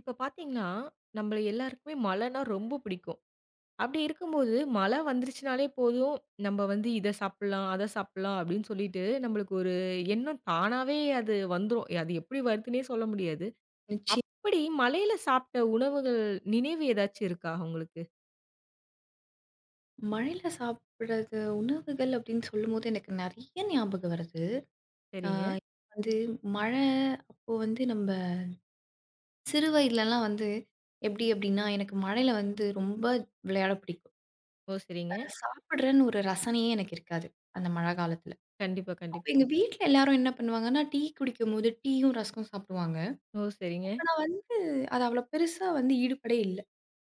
இப்ப பார்த்தீங்கன்னா, நம்மள எல்லாருக்குமே மழைன்னா ரொம்ப பிடிக்கும். அப்படி இருக்கும்போது, மழை வந்துருச்சுனாலே போதும், நம்ம வந்து இத சாப்பிடலாம், அத சாப்பிடலாம் அப்படின்னு சொல்லிட்டு, நம்மளுக்கு ஒரு எண்ணம் தானாவே அது வந்துரும். அது எப்படி வருதுன்னே சொல்ல முடியாது. நிச்சயம். அப்படி மழையில சாப்பிட்ட உணவுகள் நினைவு ஏதாச்சும் இருக்கா உங்களுக்கு? மழையில சாப்பிடுறது உணவுகள் அப்படின்னு சொல்லும்போது, எனக்கு நெறைய ஞாபகம் வருது. ஆ சரிங்க. வந்து மழை அப்போ வந்து நம்ப சிறு வயதிலலாம் வந்து எப்படி அப்படின்னா, எனக்கு மழையில வந்து ரொம்ப விளையாட பிடிக்கும். ஓ! சரிங்க. சாப்பிடுறேன்னு ஒரு ரசனையே எனக்கு இருக்காது, அந்த மழை காலத்தில. கண்டிப்பா, அப்ப கண்டிப்பா. எங்க வீட்ல எல்லாரும் என்ன பண்ணுவாங்கன்னா, டீ குடிக்கும்போது டீயும், ரஸ்க்கும் சாப்பிடுவாங்க. ஓ! சரிங்க. ஆனா வந்து அது அவ்வளோ பெருசா வந்து ஈடுபாடே இல்ல.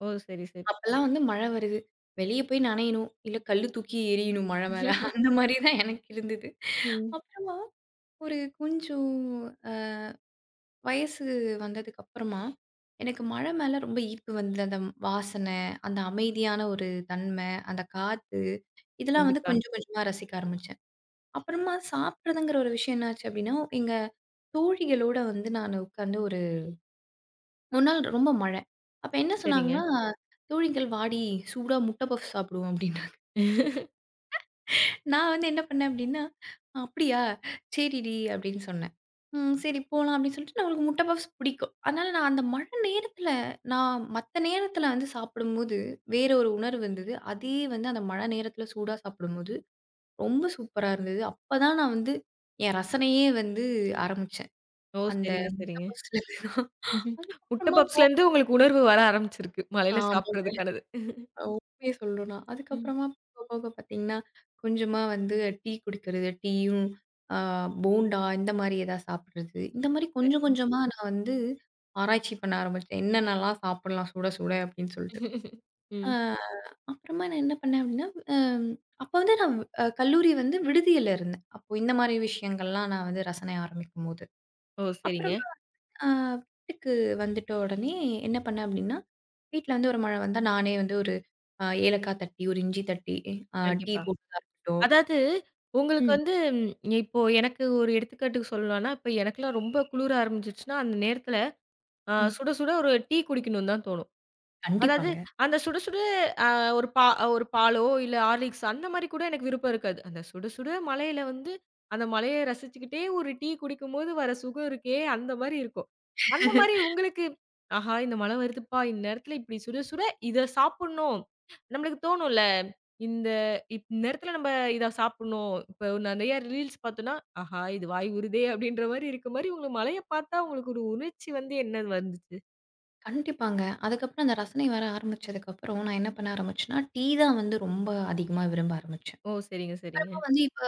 ஓ! சரி, சரி. அப்பலாம் வந்து மழை வருது, வெளிய போய் நனையணும், இல்ல கல்லு தூக்கி எறியணும் மழை மேல. அந்த மாரி தான் எனக்கு இருந்தது. ம். அப்புறமா ஒரு கொஞ்சம் அ வயசு வந்ததுக்கப்புறமா, எனக்கு மழை மேல ரொம்ப ஈர்ப்பு வந்தது. அந்த வாசனை, அந்த அமைதியான ஒரு தன்மை, அந்த காத்து, இதெல்லாம் வந்து கண்டிப்பா. கொஞ்சம் கொஞ்சமா ரசிக்க ஆரம்பிச்சேன். அப்புறமா சாப்பிடுறதுங்கிற ஒரு விஷயம் என்னாச்சு அப்படின்னா, எங்க தோழிகளோட வந்து நான் உட்கார்ந்து ஒரு ஒரு நாள் ரொம்ப மழை. அப்ப ஓ! என்ன சரிங்க. சொன்னாங்கன்னா, "தோழிகள் வாடி சூடா முட்டை பஃப் சாப்பிடுவோம்" அப்படின்னாங்க. நான் வந்து என்ன பண்ணேன் அப்டின்னா, "அப்படியா! சரிடி" அப்படின்னு சொன்னேன். ம் சரி போலாம் அப்படின்னு சொல்லிட்டு நம்மளுக்கு முட்ட பப்ஸ் பிடிக்கும். அதனால நான் அந்த மழை நேரத்தில நான் மத்த நேரத்தில வந்து சாப்பிடும்போது, வேற ஒரு உணர்வு இருந்தது. அதே வந்து அந்த மழை நேரத்தில சூடா சாப்பிடும்போது ரொம்ப சூப்பரா இருந்தது. அப்பதான் நான் வந்து என் ரசனையே வந்து ஆரம்பிச்சேன். ஓ! அந்த சரிங்க, முட்ட சரிங்க. பப்ஸ்ல முட்ட அதுக்கப்புறமா பப்ஸ்லேருந்து உங்களுக்கு உணர்வு வர ஆரம்பிச்சிருக்கு. மழையில ஆமாங்க. சாப்பிடுறதுக்கானது. உண்மைய சொல்லணும்னா, ம். அதுக்கப்புறமா போக போக பார்த்தீங்கன்னா, கொஞ்சமா வந்து டீ குடிக்கிறது. டீயும், அ போண்டா இந்த மாரி ஏதாவது சாப்பிடுறது. இந்த மாரி கொஞ்சம் சரிங்க. கொஞ்சமா நான் வந்து ஆராய்ச்சி பண்ண ஆரம்பிச்சேன். என்னென்னலாம் சாப்பிடலாம் சுட சுட அப்படின்னு சொல்லிட்டு. அ ம். அப்புறமா நான் என்ன பண்ணேன் அப்படின்னா, அ அப்போ வந்து நான் கல்லூரி வந்து விடுதியில இருந்தேன். அப்போ இந்த மாரி விஷயங்கள்லாம் நான் வந்து ரசனை ஆரம்பிக்கும்போது. ஓ! சரிங்க. அப்புறமா அ வீட்டுக்கு வந்துட்ட உடனே என்ன பண்ணேன் அப்படின்னா வீட்ல வந்து ஒரு மழை வந்தா, நானே வந்து ஒரு ஏலக்காய் தட்டி, ஒரு இஞ்சி தட்டி, அ டீ கண்டிப்பா. போட்டதா இருக்கட்டும். அதாவது உங்களுக்கு ம், வந்து இப்போ எனக்கு ஒரு எடுத்துக்காட்டுக்கு சொல்லணும்னா, இப்ப எனக்கெல்லாம் ரொம்ப குளிர ஆரம்பிச்சுருச்சுன்னா, அந்த நேரத்தில ம். சுட சுட ஒரு டீ குடிக்கணும்னு தான் தோணும். அதாவது கண்டிப்பாங்க. அந்த சுட சுட அ ஒரு பா ஒரு பாலோ, இல்ல ஹார்லிக்ஸ் அந்த மாரி கூட எனக்கு விருப்பம் இருக்காது. அந்த சுட சுட மழையில வந்து, அந்த மழைய ரசிச்சுக்கிட்டே ஒரு டீ குடிக்கும்போது வர சுகம் இருக்கே! அந்த மாரி இருக்கும். அந்த மாரி உங்களுக்கு, ஆஹா! இந்த மழை வருதுப்பா! இந்நேரத்துல இப்டி சுட சுட இத சாப்புட்ணும். நம்மளுக்கு தோணும்ல. இந்த இந்நேரத்துல நம்ம இத சாப்புட்ணும். இப்ப நெறைய ரீல்ஸ் பார்த்தோம்னா, ஆஹா! இது வாய் ஊறுதே! அப்டின்ற மாரி இருக்க மாரி உங்களுக்கு மழைய பார்த்தா உங்களுக்கு ஒரு உணர்ச்சி வந்து என்ன வந்துச்சு? கண்டிப்பாங்க. அதுக்கப்புறம் அந்த ரசனை வர ஆரம்பிச்சதுக்கப்புறம், நான் என்ன பண்ண ஆரம்பிச்சேன்னா, டீ தான் வந்து ரொம்ப அதிகமா விரும்ப ஆரம்பிச்சேன். ஓ! சரிங்க, சரிங்க. அப்புறமா வந்து இப்ப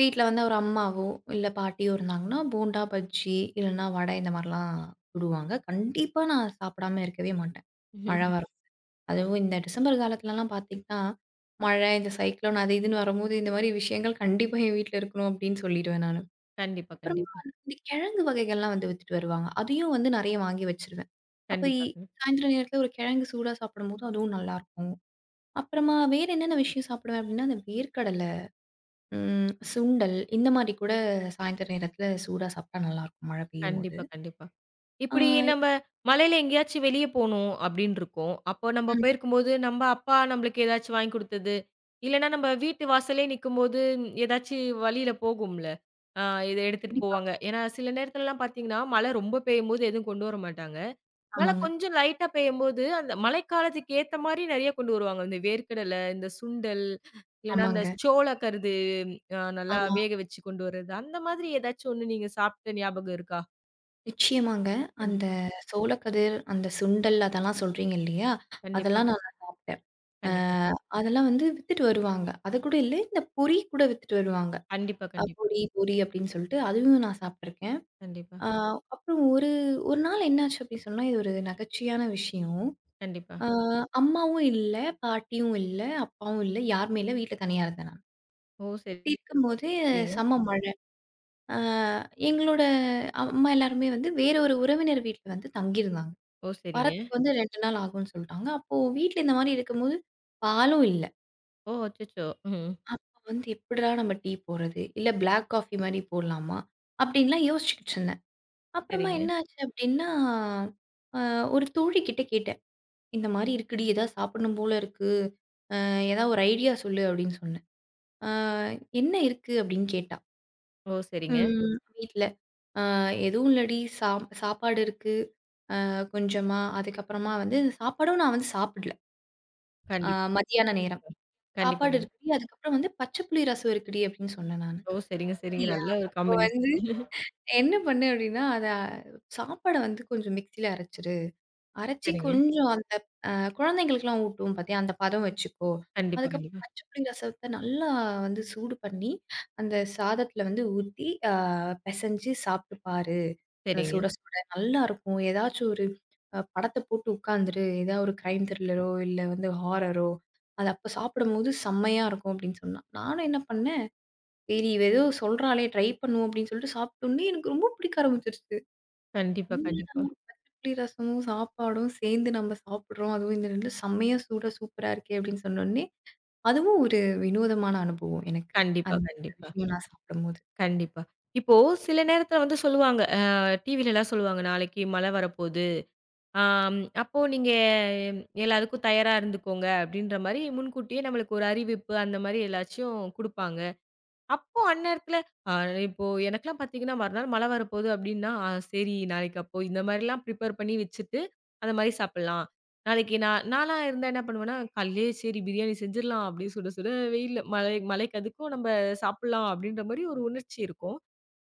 வீட்ல வந்து ஒரு அம்மாவோ, இல்ல பாட்டியோ இருந்தாங்கன்னா, போண்டா, பஜ்ஜி இல்லன்னா வடை இந்த மாரிலாம் சுடுவாங்க. கண்டிப்பா நான் சாப்பிடாம இருக்கவே மாட்டேன். மழை வர அதுவும் இந்த டிசம்பர் காலத்துலலாம் பார்த்தீங்கன்னா, மழை, இந்த சைக்ளோன் அது இதுன்னு வரும்போது, இந்த மாரி விஷயங்கள் கண்டிப்பா என் வீட்ல இருக்கணும் அப்படின்னு சொல்லிடுவேன் நானு. கண்டிப்பா, அப்புறமா கண்டிப்பா. இந்த கிழங்கு வகைகள்லாம் வந்து வித்துட்டு வருவாங்க. அதையும் வந்து நெறைய வாங்கி வச்சுருவேன். அப்ப இ கண்டிப்பா, கண் சாயந்திர நேரத்துல ஒரு கிழங்கு சூடா சாப்பிடும்போது அதுவும் நல்லாருக்கும். அப்புறமா வேற என்னென்ன விஷயம் சாப்பிடுவேன் அப்படின்னா, அந்த வேர்க்கடலை, ம் சுண்டல் இந்த மாரி கூட சாயந்திர நேரத்துல சூடா சாப்பிட்டா நல்லாருக்கும் மழை பெய்யும்போது. கண்டிப்பா, கண்டிப்பா. ஆ இப்படி நம்ம மழையில எங்கேயாச்சும் வெளிய போணும் அப்படின்னு இருக்கோம். அப்போ நம்ம ம் போயிருக்கும்போது, நம்ம அப்பா நம்மளுக்கு ஏதாச்சும் வாங்கி குடுத்தது, இல்லன்னா நம்ம வீட்டு வாசலே நிக்கும்போது ம், ஏதாச்சும் வழியில போகும்ல. ஆ இத எடுத்துட்டு கண்டிப்பா. போவாங்க. ஏன்னா சில நேரத்துலலாம் பார்த்தீங்கன்னா, மழை ரொம்ப பெய்யும்போது எதுவும் கொண்டு வர மாட்டாங்க. மழை ஆமாங்க, கொஞ்சம் லைட்டா பெய்யும்போது, அந்த மழைக்காலத்துக்கு ஏத்த மாரி நெறைய கொண்டு வருவாங்க. இந்த வேர்க்கடலை, இந்த சுண்டல், இல்லன்னா அந்த ஆமாங்க. சோளக்கரு நல்லா ஆமா. வேக வச்சு கொண்டு வரது. அந்த மாதிரி ஏதாச்சும் ஒண்ணு நீங்க சாப்பிட்ட ஞாபகம் இருக்கா? நிச்சயமாங்க. அந்த கண்டிப்பா, சோளக்கதிர், அந்த சுண்டல் அதெல்லாம் சொல்றீங்க இல்லையா? கண்டிப்பா, அதெல்லாம் ஆமா. நான் சாப்பிட்டேன். அ கண்டிப்பா, அதெல்லாம் வந்து வித்துட்டு வருவாங்க. அது கூட இல்ல, இந்த பொரி கூட வித்துட்டு வருவாங்க. கண்டிப்பா, கண்டிப்பா, பொரி, பொரி அப்படின்னு சொல்லிட்டு அதுவும் நான் சாப்பிட்டுருக்கேன். கண்டிப்பா, அ அப்புறம் ஒரு ஒரு நாள் என்னாச்சு அப்படின்னு சொன்னா, இது ஒரு நகைச்சுவையான விஷயம். கண்டிப்பா. அ அம்மாவும் இல்ல, பாட்டியும் இல்ல, அப்பாவும் இல்ல, யாருமே இல்ல. வீட்ல தனியா இருந்தேன் நான். ஓ! அப்படி இருக்கும்போது சரிங்க. செம்ம மழை. அ எங்களோட அம்மா எல்லாருமே வந்து வேற ஒரு உறவினர் வீட்ல வந்து தங்கியிருந்தாங்க. ஓ! சரிங்க. வரத்துக்கு வந்து 2 நாள் ஆகும்ன்னு சொல்ட்டாங்க. அப்போ வீட்ல இந்த மாரி இருக்கும்போது, பாலும் இல்ல. ஓ! அச்சச்சோ! ம். அப்ப வந்து எப்புட்றா நம்ம டீ போடுறது? இல்ல பிளாக் காஃபி மாரி போடலாமா? அப்டின்லாம் யோசிச்சுக்கிட்டு இருந்தேன். அப்புறமா சரிங்க. என்ன ஆச்சு அப்டின்னா, அ ஒரு தோழி கிட்ட கேட்டேன். இந்த மாரி இருக்குடி, ஏதாவது சாப்பிடணும் போல இருக்கு. ஏதாவது ஒரு ஐடியா சொல்லு அப்டின்னு சொன்னேன். அ என்ன இருக்கு அப்டின்னு கேட்டா. ஓ! சரிங்க. வீட்ல. அ எதுவும் இல்லடி சாப்பாடு இருக்கு கொஞ்சமா. அதுக்கப்புறமா வந்து சாப்பாடும் நான் வந்து சாப்பிடல. அ கண்டிப் மதியான நேரம். கண்டிப்பா, சாப்பாடு கண்டிப்பா. இருக்குடி, அதுக்கப்புறம் வந்து பச்சை புளி ரசம் இருக்குடி அப்படின்னு சொன்னேன் நானு. ஓ! சரிங்க, சரிங்க. அப்படியா? நல்ல ஒரு அப்போ காம்பினேஷன். வந்து என்ன பண்ணு அப்படின்னா, அத சாப்பாட வந்து கொஞ்சம் மிக்ஸில அரைச்சுரு. அரைச்சு சரிங்க. கொஞ்சம் அந்த அ குழந்தைங்களுக்குலாம் ஊட்டுவோம் பார்த்தியா, அந்த பதம் வச்சுக்கோ. கண்டிப்பா, அதுக்கப்புறம் கண்டிப்பா. பச்சை புளி ரசத்த நல்லா வந்து சூடு பண்ணி, அந்த சாதத்தில வந்து ஊத்தி, பெசஞ்சு சாப்பிட்டு பாரு. சரிங்க. சுட சுட நல்லாருக்கும். ஏதாச்சும் ஒரு படத்த போட்டு உட்காந்துரு. ஏதாவது ஒரு கிரைம் த்ரில்லரோ, இல்ல வந்து ஹாரரோ, அது அப்ப சாப்பிடும்போது செம்மையா இருக்கும் அப்படின்னு சொன்னா. நானும் என்ன பண்ணேன், சரி இவ ஏதோ சொல்றாளே ட்ரை பண்ணுவோம் அப்படின்னு சொல்லிட்டு சாப்பிட்டோனே எனக்கு ரொம்ப பிடிக்க ஆரம்பிச்சுருச்சு. கண்டிப்பா, என்னடா! கண்டிப்பா. பச்சை புளி ரசமும், சாப்பாடும் சேர்ந்து நம்ம சாப்பிடுறோம். அதுவும் இந்த 2ம் செம்மையா சூடா சூப்பரா இருக்கே! அப்படின்னு சொன்னோனே, அதுவும் ஒரு வினோதமான அனுபவம் எனக்கு. கண்டிப்பா, அந்த கண்டிப்பா, விஷயம் நான் சாப்பிடும்போது. கண்டிப்பா. இப்போ சில நேரத்துல வந்து சொல்லுவாங்க. டிவிலலாம் சொல்லுவாங்க, நாளைக்கு மழை வரப்போது ஆம், அப்போ நீங்க எல்லாத்துக்கும் தயாரா இருந்துக்கோங்க அப்படின்ற மாரி முன்கூட்டியே நம்மளுக்கு ஒரு அறிவிப்பு அந்த மாரி எல்லாச்சும் குடுப்பாங்க. அப்போ அந்நேரத்துல அ இப்போ எனக்கெல்லாம் பார்த்தீங்கன்னா, மறுநாள் மழை வரப்போகுது அப்படின்னா, "ஆ சரி நாளைக்கு அப்போ இந்த மாரிலாம் ப்ரிப்பேர் பண்ணி வச்சுட்டு, அந்த மாரி சாப்பிடலாம்." நாளைக்கு நான்லாம் இருந்தா என்ன பண்ணுவேன்னா, "காலையிலேயே சரி பிரியாணி செஞ்சிடலாம்." அப்படியே சுட சுட வெயில்ல மழை மழைக்கு அதுக்கும் நம்ம சாப்பிடலாம் அப்படின்ற மாரி ஒரு உணர்ச்சி இருக்கும்.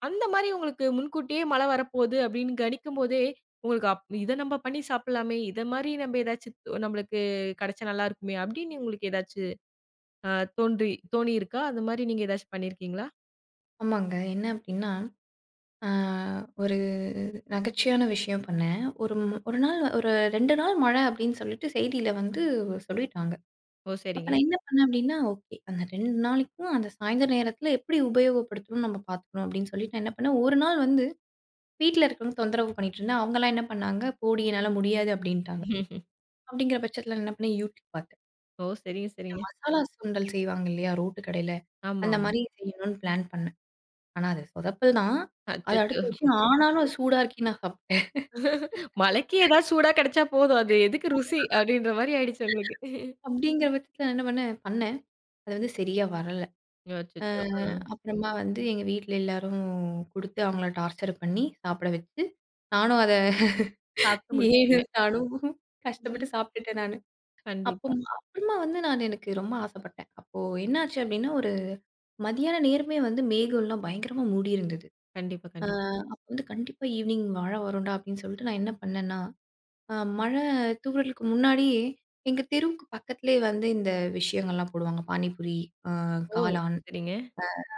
அந்த மாரி உங்களுக்கு முன்கூட்டியே மழை வரப்போது அப்படின்னு கணிக்கும்போதே, உங்களுக்கு இத நம்ம பண்ணி சாப்பிடலாமே! இத மாரி நம்ம நம்மளுக்கு கிடைச்சா நல்லா இருக்குமே! அப்படின்னு உங்களுக்கு ஏதாச்சு அ தோணியிருக்கா? அந்த மாரி நீங்க ஏதாச்சும் பண்ணியிருக்கீங்களா? ஆமாங்க. என்ன அப்படின்னா, ஆ ஒரு நகைச்சுவையான விஷயம் பண்ணேன். ஒரு 2 நாள் மழை அப்படின்னு சொல்லிட்டு செய்தியில வந்து சொல்லிட்டாங்க. ஓ! அப்ப சரிங்க. நான் என்ன பண்ணேன் அப்படின்னா, ஓகே அந்த 2 நாளைக்கும் அந்த சாயந்தர நேரத்தில எப்படி உபயோகப்படுத்தணும்னு நம்ம பார்த்துக்கணும் அப்படின்னு சொல்லிட்டு நான் என்ன பண்ணேன், ஒரு நாள் வந்து வீட்ல இருக்கிறவங்க தொந்தரவு பண்ணிட்டு இருந்தா, அவங்கலாம் என்ன பண்ணாங்க, "போடி என்னால முடியாது" அப்படின்ட்டாங்க. அப்படிங்கிற பட்சத்தில நான் என்ன பண்ணேன், YouTube பார்த்தேன். ஓ! சரிங்க, இந்த சரிங்க. மசாலா சுண்டல் செய்வாங்க இல்லையா, ரோட்டு கடையில. ஆமா, அந்த ஆமா. மாரி செய்யணும்னு பிளான் பண்ணேன். ஆனா அது சொதப்பல் தான். அது அச்சச்சோ! அடுத்த விஷயம். ஆனாலும் அது சூடா இருக்கி நான் சாப்பிட்டேன். மழைக்கு ஏதாவது சூடா கிடைச்சா போதும். அது எதுக்கு ருசி அப்படின்ற மாரி ஆயிடுச்சு உங்களுக்கு. அப்படிங்கிற பட்சத்தில நான் என்ன பண்ணேன், பண்ணேன். அது வந்து சரியா வரல. அ அச்சச்சோ! ஆ அப்புறமா வந்து எங்க வீட்ல எல்லாரும் குடுத்து, அவங்கள டார்ச்சர் பண்ணி சாப்பிட வச்சு, நானும் அத சாப்பிட்டு ஏனோ முடிச்சுட்டீங்க. தானோ கஷ்டப்பட்டு சாப்பிட்டுட்டேன் நானு. அப்போ கண்டிப்பா, அப்புறமா வந்து நான் எனக்கு ரொம்ப ஆசைப்பட்டேன். அப்போ என்னாச்சு அப்டின்னா, ஒரு மதியான நேரமே வந்து மேகம்லாம் பயங்கரமா மூடியிருந்தது. கண்டிப்பா, ஆ கண்டிப்பா. அப்ப வந்து கண்டிப்பா ஈவ்னிங் மழை வரும்டா அப்டின்னு சொல்லிட்டு நான் என்ன பண்ணேன்னா, அ மழை தூறலுக்கு முன்னாடியே எங்க தெருவுக்கு பக்கத்திலேயே வந்து இந்த விஷயங்கள்லாம் போடுவாங்க. பானிபூரி, அ ஓ! காளான், சரிங்க.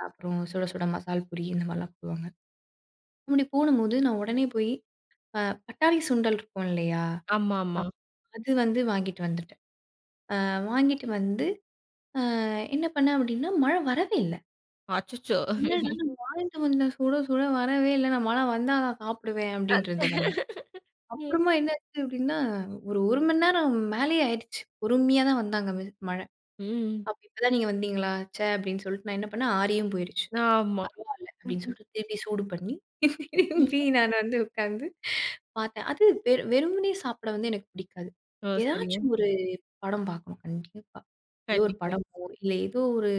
அப்புறம் சுட சுட மசால் பூரி இந்த மாரிலாம் போடுவாங்க. அப்படி போடும்போது நான் உடனே போய் அ பட்டாணி சுண்டல் இருக்கும் இல்லையா? ஆமா, ஆமா. ஆஹ் அது வந்து வாங்கிட்டு வந்துட்டேன். வாங்கிட்டு வந்து அ என்ன பண்ணேன் அப்படின்னா, மழை வரவே இல்ல. அச்சச்சோ! என்னடா நம்ம வாங்கிட்டு வந்த சுட சுட வரவே இல்ல. நான் மழை வந்தா தான் சாப்பிடுவேன் அப்படின்ட்டு இருந்தேன் நான். ம். அப்புறமா என்னாச்சு அப்படின்னா, ஒரு 1 மணி நேரம் மேலேயே ஆயிடுச்சு. பொறுமையா தான் வந்தாங்க மழை. ம். அப்ப "இப்ப தான் நீங்க வந்தீங்களா? ச்சே!" அப்படின்னு சொல்லிட்டு நான் என்ன பண்ணேன், ஆறியும் போயிருச்சு. ஆமா. பரவால்ல அப்படின்னு சொல்லிட்டு திருப்பி சூடு பண்ணி, திருப்பி நான் வந்து உட்கார்ந்து பார்த்தேன். அது வெறுமனே சாப்பிட வந்து எனக்கு பிடிக்காது. ஓ! சரிங்க. ஏதாச்சும் ஒரு படம் பார்க்கணும் கண்டிப்பா. ஏதோ ஒரு கண்டிப்பா, படமோ, இல்ல ஏதோ ஒரு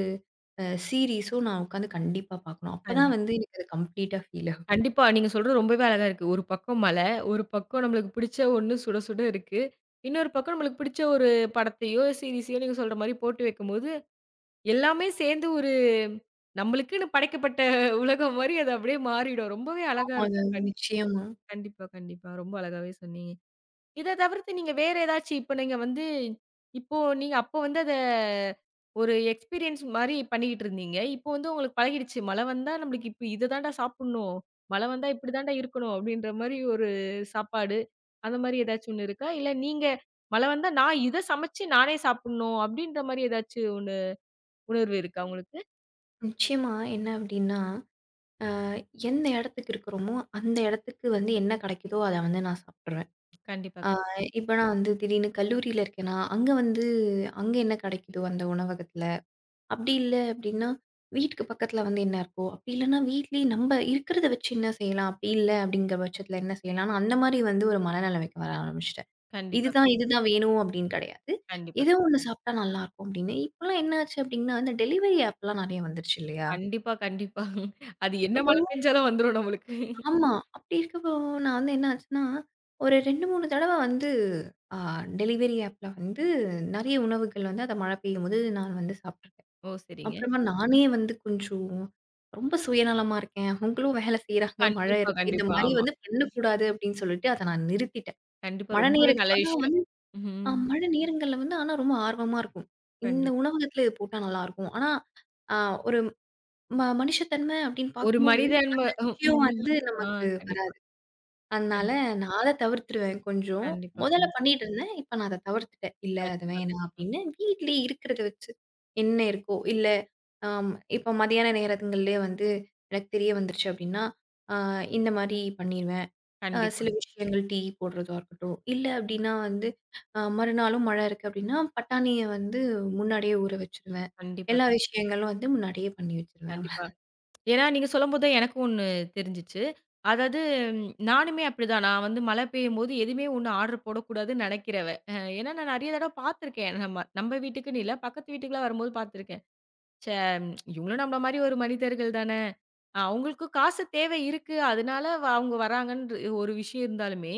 சீரிஸும் நான் உட்காந்து கண்டிப்பா பார்க்கணும். அப்பதான் கண்டிப்பா. வந்து எனக்கு அது கம்ப்ளீட்டா ஃபீல் ஆகும். கண்டிப்பா. நீங்க சொல்றது ரொம்பவே அழகா இருக்கு. ஒரு பக்கம் மழை, ஒரு பக்கம் நம்மளுக்கு பிடிச்ச ஒண்ணு சுட சுட இருக்கு. இன்னொரு பக்கம் நம்மளுக்கு பிடிச்ச ஒரு படத்தையோ, சீரிஸையோ நீங்க சொல்ற மாரி போட்டு வைக்கும்போது, எல்லாமே சேர்ந்து ஒரு நம்மளுக்குன்னு படைக்கப்பட்ட உலகம் மாரி அது அப்படியே மாறிடும். ரொம்பவே அழகா இருக்கும். ஆமாங்க. கண்டிப்பா, நிச்சயமா. கண்டிப்பா, கண்டிப்பா. ரொம்ப அழகாவே சொன்னீங்க. இத தவிர்த்து நீங்க வேற ஏதாச்சு இப்ப நீங்க வந்து இப்போ நீங்க அப்போ வந்து அத ஒரு எக்ஸ்பீரியன்ஸ் மாரி பண்ணிக்கிட்டு இருந்தீங்க. இப்போ வந்து உங்களுக்கு பழகிடுச்சு. மழை வந்தா நம்மளுக்கு இப்ப இத தான்டா சாப்புட்ணும். மழை வந்தா இப்படி தான்டா இருக்கணும் அப்படின்ற மாரி ஒரு சாப்பாடு. அந்த மாரி ஏதாச்சும் ஒண்ணு இருக்கா? இல்ல நீங்க மழை வந்தா நான் இத சமைச்சு நானே சாப்புட்ணும் அப்படின்ற மாரி ஏதாச்சும் ஒண்ணு உணர்வு இருக்கா உங்களுக்கு? நிச்சயமா என்ன அப்டின்னா, அ எந்த இடத்துக்கு இருக்கிறோமோ, அந்த இடத்துக்கு வந்து என்ன கிடைக்குதோ அத வந்து நான் சாப்பிட்டுருவேன். கண்டிப்பா, அ கண்டிப்பா. இப்ப நான் வந்து திடீர்னு கல்லூரியில இருக்கேன்னா, அங்க வந்து அங்க என்ன கிடைக்குதோ அந்த உணவகத்துல அப்படி இல்ல அப்படின்னா, வீட்டுக்கு பக்கத்துல வந்து என்ன இருக்கோ, அப்படி இல்லன்னா வீட்லயே நம்ப இருக்கிறத வச்சு என்ன செய்யலாம்? அப்படி இல்ல அப்படிங்கிற பட்சத்துல என்ன செய்யலாம்? நான் அந்த மாரி வந்து ஒரு மனநிலைமைக்கு வர ஆரம்பிச்சுட்டேன். கண்டிப்பா, இதுதான், இதுதான் வேணும் அப்படின்னு கிடையாது. கண்டிப்பா, ஏதோ கண்டிப்பா. ஒண்ணு சாப்பிட்டா நல்லாருக்கும் அப்படின்னு. இப்பலாம் என்ன ஆச்சு அப்படின்னா, இந்த டெலிவரி ஆப்லாம் நெறைய வந்துருச்சு இல்லையா? கண்டிப்பா, கண்டிப்பா. அது என்ன அப்போ மழை பெஞ்சாலும் வந்துரும் நம்மளுக்கு. ஆமா. அப்படி இருக்கப்போ நான் வந்து என்ன ஆச்சுன்னா, ஒரு 2, 3 தடவ வந்து அ டெலிவரி ஆப்ல வந்து நெறைய உணவுகள் வந்து அத மழை பெய்யும்போது நான் வந்து சாப்பிட்டுருக்கேன். ஓ! சரிங்க. அப்புறமா நானே வந்து கொஞ்சம் ரொம்ப சுயநலமா இருக்கேன். அவங்களும் வேலை செய்றாங்க, மழை கண்டிப்பா, இருக்கு. இந்த கண்டிப்பா. மாரி ஆமா. வந்து பண்ணக்கூடாது அப்படின்னு சொல்லிட்டு அத நான் நிறுத்திட்டேன். கண்டிப்பா. மழை நேர ரொம்பவே நல்ல ஆனா விஷயம். வந்து ம். மழை நேரங்கள்ல வந்து ஆனா ரொம்ப ஆர்வமா இருக்கும். இந்த கண்டிப்பா. உணவகத்துல இது போட்டா நல்லாருக்கும். ஆனா, அ ஒரு மனுஷத்தன்மை அப்படின்னு ஒரு பார்க்கும்போது, மனிதன் ம அந்த ம். விஷயம் ம். வந்து ஆ நமக்கு கண்டிப்பா. அதனால கண்டிப் நான் அத தவிர்த்துருவேன் கொஞ்சம். கண்டிப்பா, முதல்ல கண்டிப்பா, பண்ணிட்டு இருந்தேன். இப்ப நான் அத தவிர்த்துட்டேன். "இல்ல அது கண்டிப்பா, வேணாம்" கண்டிப்பா. அப்படின்னு. வீட்லயே இருக்கிறத வச்சு என்ன இருக்கோ, இல்ல ஆம் இப்ப மதியான நேரங்கள்லயே வந்து எனக்கு தெரிய வந்துருச்சு அப்படின்னா, அ இந்த மாரி பண்ணிருவேன். கண்டிப்பா, சில விஷயங்கள் டீ போடுறதா இருக்கட்டும், இல்ல அப்படின்னா வந்து மறுநாளும் மழை இருக்கு அப்படின்னா, பட்டாணிய வந்து முன்னாடியே ஊற வச்சுருவேன். கண்டிப்பா, எல்லா விஷயங்களும் வந்து முன்னாடியே பண்ணி வச்சுருவேன். கண்டிப்பா. ஏன்னா நீங்க சொல்லும்போது தான் எனக்கும் ஒண்ணு தெரிஞ்சுச்சு. அதாவது நானுமே அப்படிதான். நான் வந்து மழை பெய்யும்போது எதுவுமே ஒண்ணு ஆர்டர் போடக்கூடாதுன்னு நினைக்கிறவ. ஏன்னா நான் நெறைய தடவ பார்த்துருக்கேன். நம்ம நம்ம வீட்டுக்குன்னு இல்ல. பக்கத்து வீட்டுக்குலாம் வரும்போது பார்த்துருக்கேன். ச்சே! இவங்களும் நம்மள மாரி ஒரு மனிதர்கள் தான. அவங்களுக்கும் காசு தேவை இருக்கு. அதனால அவங்க வராங்கன்ற ஒரு விஷயம் இருந்தாலுமே,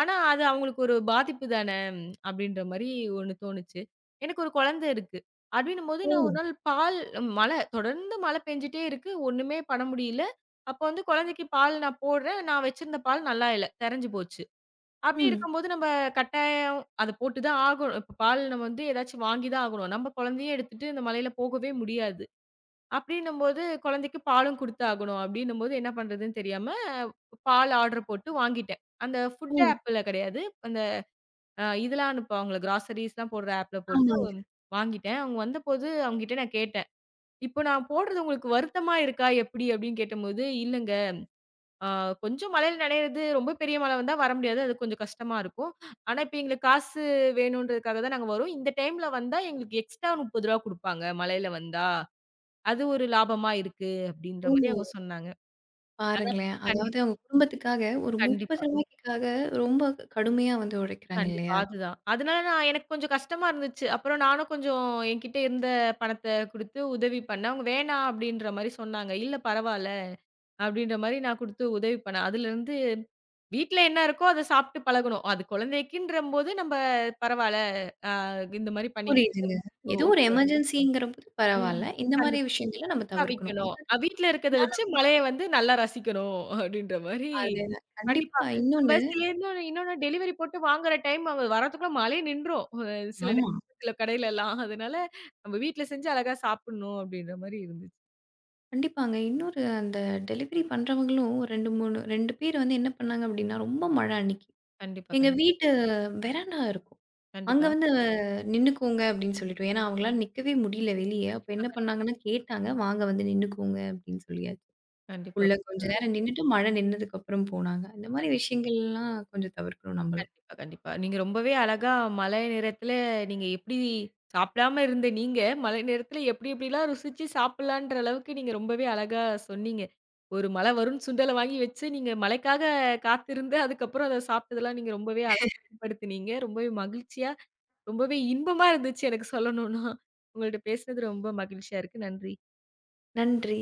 ஆனா அது அவங்களுக்கு ஒரு பாதிப்பு தான அப்படின்ற மாரி ஒண்ணு தோணுச்சு. எனக்கு ஒரு குழந்தை இருக்கு. அப்படின்னும்போது நான் ஒரு ஓ! நாள் பால் மழை தொடர்ந்து மழை பெஞ்சுட்டே இருக்கு. ஒண்ணுமே பண்ண முடியல. அப்ப வந்து குழந்தைக்கு பால் நான் போடுறேன். நான் வச்சிருந்த பால் நல்லா இல்ல. தெறஞ்சு போச்சு. அப்படி ம். இருக்கும்போது நம்ம கட்டாயம் அத போட்டு தான் ஆகணும். இப்ப பால் நம்ம வந்து ஏதாச்சும் வாங்கி தான் ஆகணும். நம்ம குழந்தையும் எடுத்துட்டு இந்த மழையில போகவே முடியாது. அப்படின்னும்போது குழந்தைக்கு பாலும் குடுத்தாகணும் அப்படின்னும்போது என்ன பண்றதுன்னு தெரியாம, பால் ஆர்டர் போட்டு வாங்கிட்டேன். அந்த ஓ! ஃபுட் ஆப்ல கிடையாது. அந்த இதெல்லாம் அனுப்புவாங்கல்ல கிராசரீஸ்லாம் போடுற ஆப்ல போட்டு ஆமாங்க. வாங்கிட்டேன். அவங்க வந்தபோது அவங்ககிட்ட நான் கேட்டேன். "இப்போ நான் போடுறது உங்களுக்கு வருத்தமா இருக்கா? எப்படி?" அப்படின்னு கேட்டபோது, "இல்லங்க. அ கொஞ்சம் மழையில நனையிறது ரொம்ப பெரிய மழை வந்தா வர முடியாது. அது கொஞ்சம் கஷ்டமா இருக்கும். ஆனா இப்ப எங்களுக்கு காசு வேணுன்றதுக்காக தான் நாங்க வரோம். இந்த டைம்ல வந்தா எங்களுக்கு எக்ஸ்ட்ரா ரூ. 30 குடுப்பாங்க மழையில வந்தா." அது ஒரு லாபமா இருக்கு அப்படின்ற ஓ! மாரி அவங்க சொன்னாங்க. அதான் பாருங்களேன். அதாவது கண்டிப்பா, அவங்க குடும்பத்துக்காக ஒரு ரூ. கண்டிப்பா, 30க்காக ரொம்ப கடுமையா வந்து உழைக்கிறாங்க கண்டிப்பா. இல்லையா? அதுதான். அதனால நான் எனக்கு கொஞ்சம் கஷ்டமா இருந்துச்சு. அப்புறம் நானும் கொஞ்சம் என்கிட்ட இருந்த பணத்த குடுத்து உதவி பண்ணேன். அவங்க வேணாம் அப்படின்ற மாரி சொன்னாங்க. இல்ல பரவால்ல அப்படின்ற மாரி நான் குடுத்து உதவி பண்ணேன். அதுலருந்து வீட்ல என்ன இருக்கோ அத சாப்ட்டு பழகணும். அது குழந்தைக்குன்றம்போது நம்ம பரவால்ல, இந்த மாரி பண்ணிக்கிட்டது புரியுதுங்க. ஏதோ ஒரு ஓகேவா எமர்ஜென்சிங்கிறபோது ம். பரவால்ல. இந்த மாரி கண்டிப்பா. விஷயங்கள நம்ம தவிர்க்கணும். தவிக்கணும். அது வீட்ல இருக்கத வச்சு மழைய வந்து நல்லா ரசிக்கணும் அப்டின்ற மாரி அது கண்டிப்பா. கண்டிப்பா நம்ம இன்னொன்னு சில இன்னொன்னு இன்னொன்னு டெலிவரி போட்டு வாங்குற டைம் அவ வரதுக்குள்ள மழையே நின்றும். சில ஆமா. நேரம் சில கடையிலலாம். அதனால நம்ம வீட்ல செஞ்சு அழகா சாப்பிடணும் அப்டின்ற மாரி இருந்துச்சு. கண்டிப்பாங்க. இன்னொரு அந்த டெலிவரி பண்றவங்களும் 2, 3 2 பேர் வந்து என்ன பண்ணாங்க அப்டின்னா, ரொம்ப மழை அன்னைக்கு. கண்டிப்பா, எங்க கண்டிப்பா, வீட்டு வெராண்டா இருக்கும். அங்க கண்டிப்பா, வந்து நின்னுக்கோங்க அப்டின்னு சொல்லிட்டோம். ஏன்னா, அவங்களால நிக்கவே முடியல வெளிய. அப்ப என்ன பண்ணாங்கன்னா கேட்டாங்க. வாங்க வந்து நின்னுக்கோங்க அப்டின்னு சொல்லியாச்சு. கண்டிப்பா. உள்ள கொஞ்ச ரொம்ப நேரம் நின்னுட்டு, மழை நின்னதுக்கப்புறம் போனாங்க. இந்த மாரி விஷயங்கள்லாம் கொஞ்சம் தவிர்க்கணும் நம்பளும். கண்டிப்பா, கண்டிப்பா. நீங்க ரொம்பவே அழகா மழை நேரத்துல நீங்க எப்படி சாப்பிடாம இருந்த நீங்க, மழை நேரத்துல எப்படி எப்படிலாம் ருசிச்சு சாப்பிடலான்ற அளவுக்கு நீங்க ரொம்பவே அழகா சொன்னீங்க. ஒரு மழை வரும்ன்னு சுண்டல வாங்கி வச்சு, நீங்க மழைக்காக காத்திருந்து அதுக்கப்புறம் அத சாப்பிட்டதெல்லாம் நீங்க ரொம்பவே அழகா வெளிப்படுத்தினீங்க. ரொம்பவே மகிழ்ச்சியா, ரொம்பவே இன்பமா இருந்துச்சு எனக்கு சொல்லணும்னா. உங்கள்ட்ட பேசுனது ரொம்ப மகிழ்ச்சியா இருக்கு. நன்றி. நன்றி.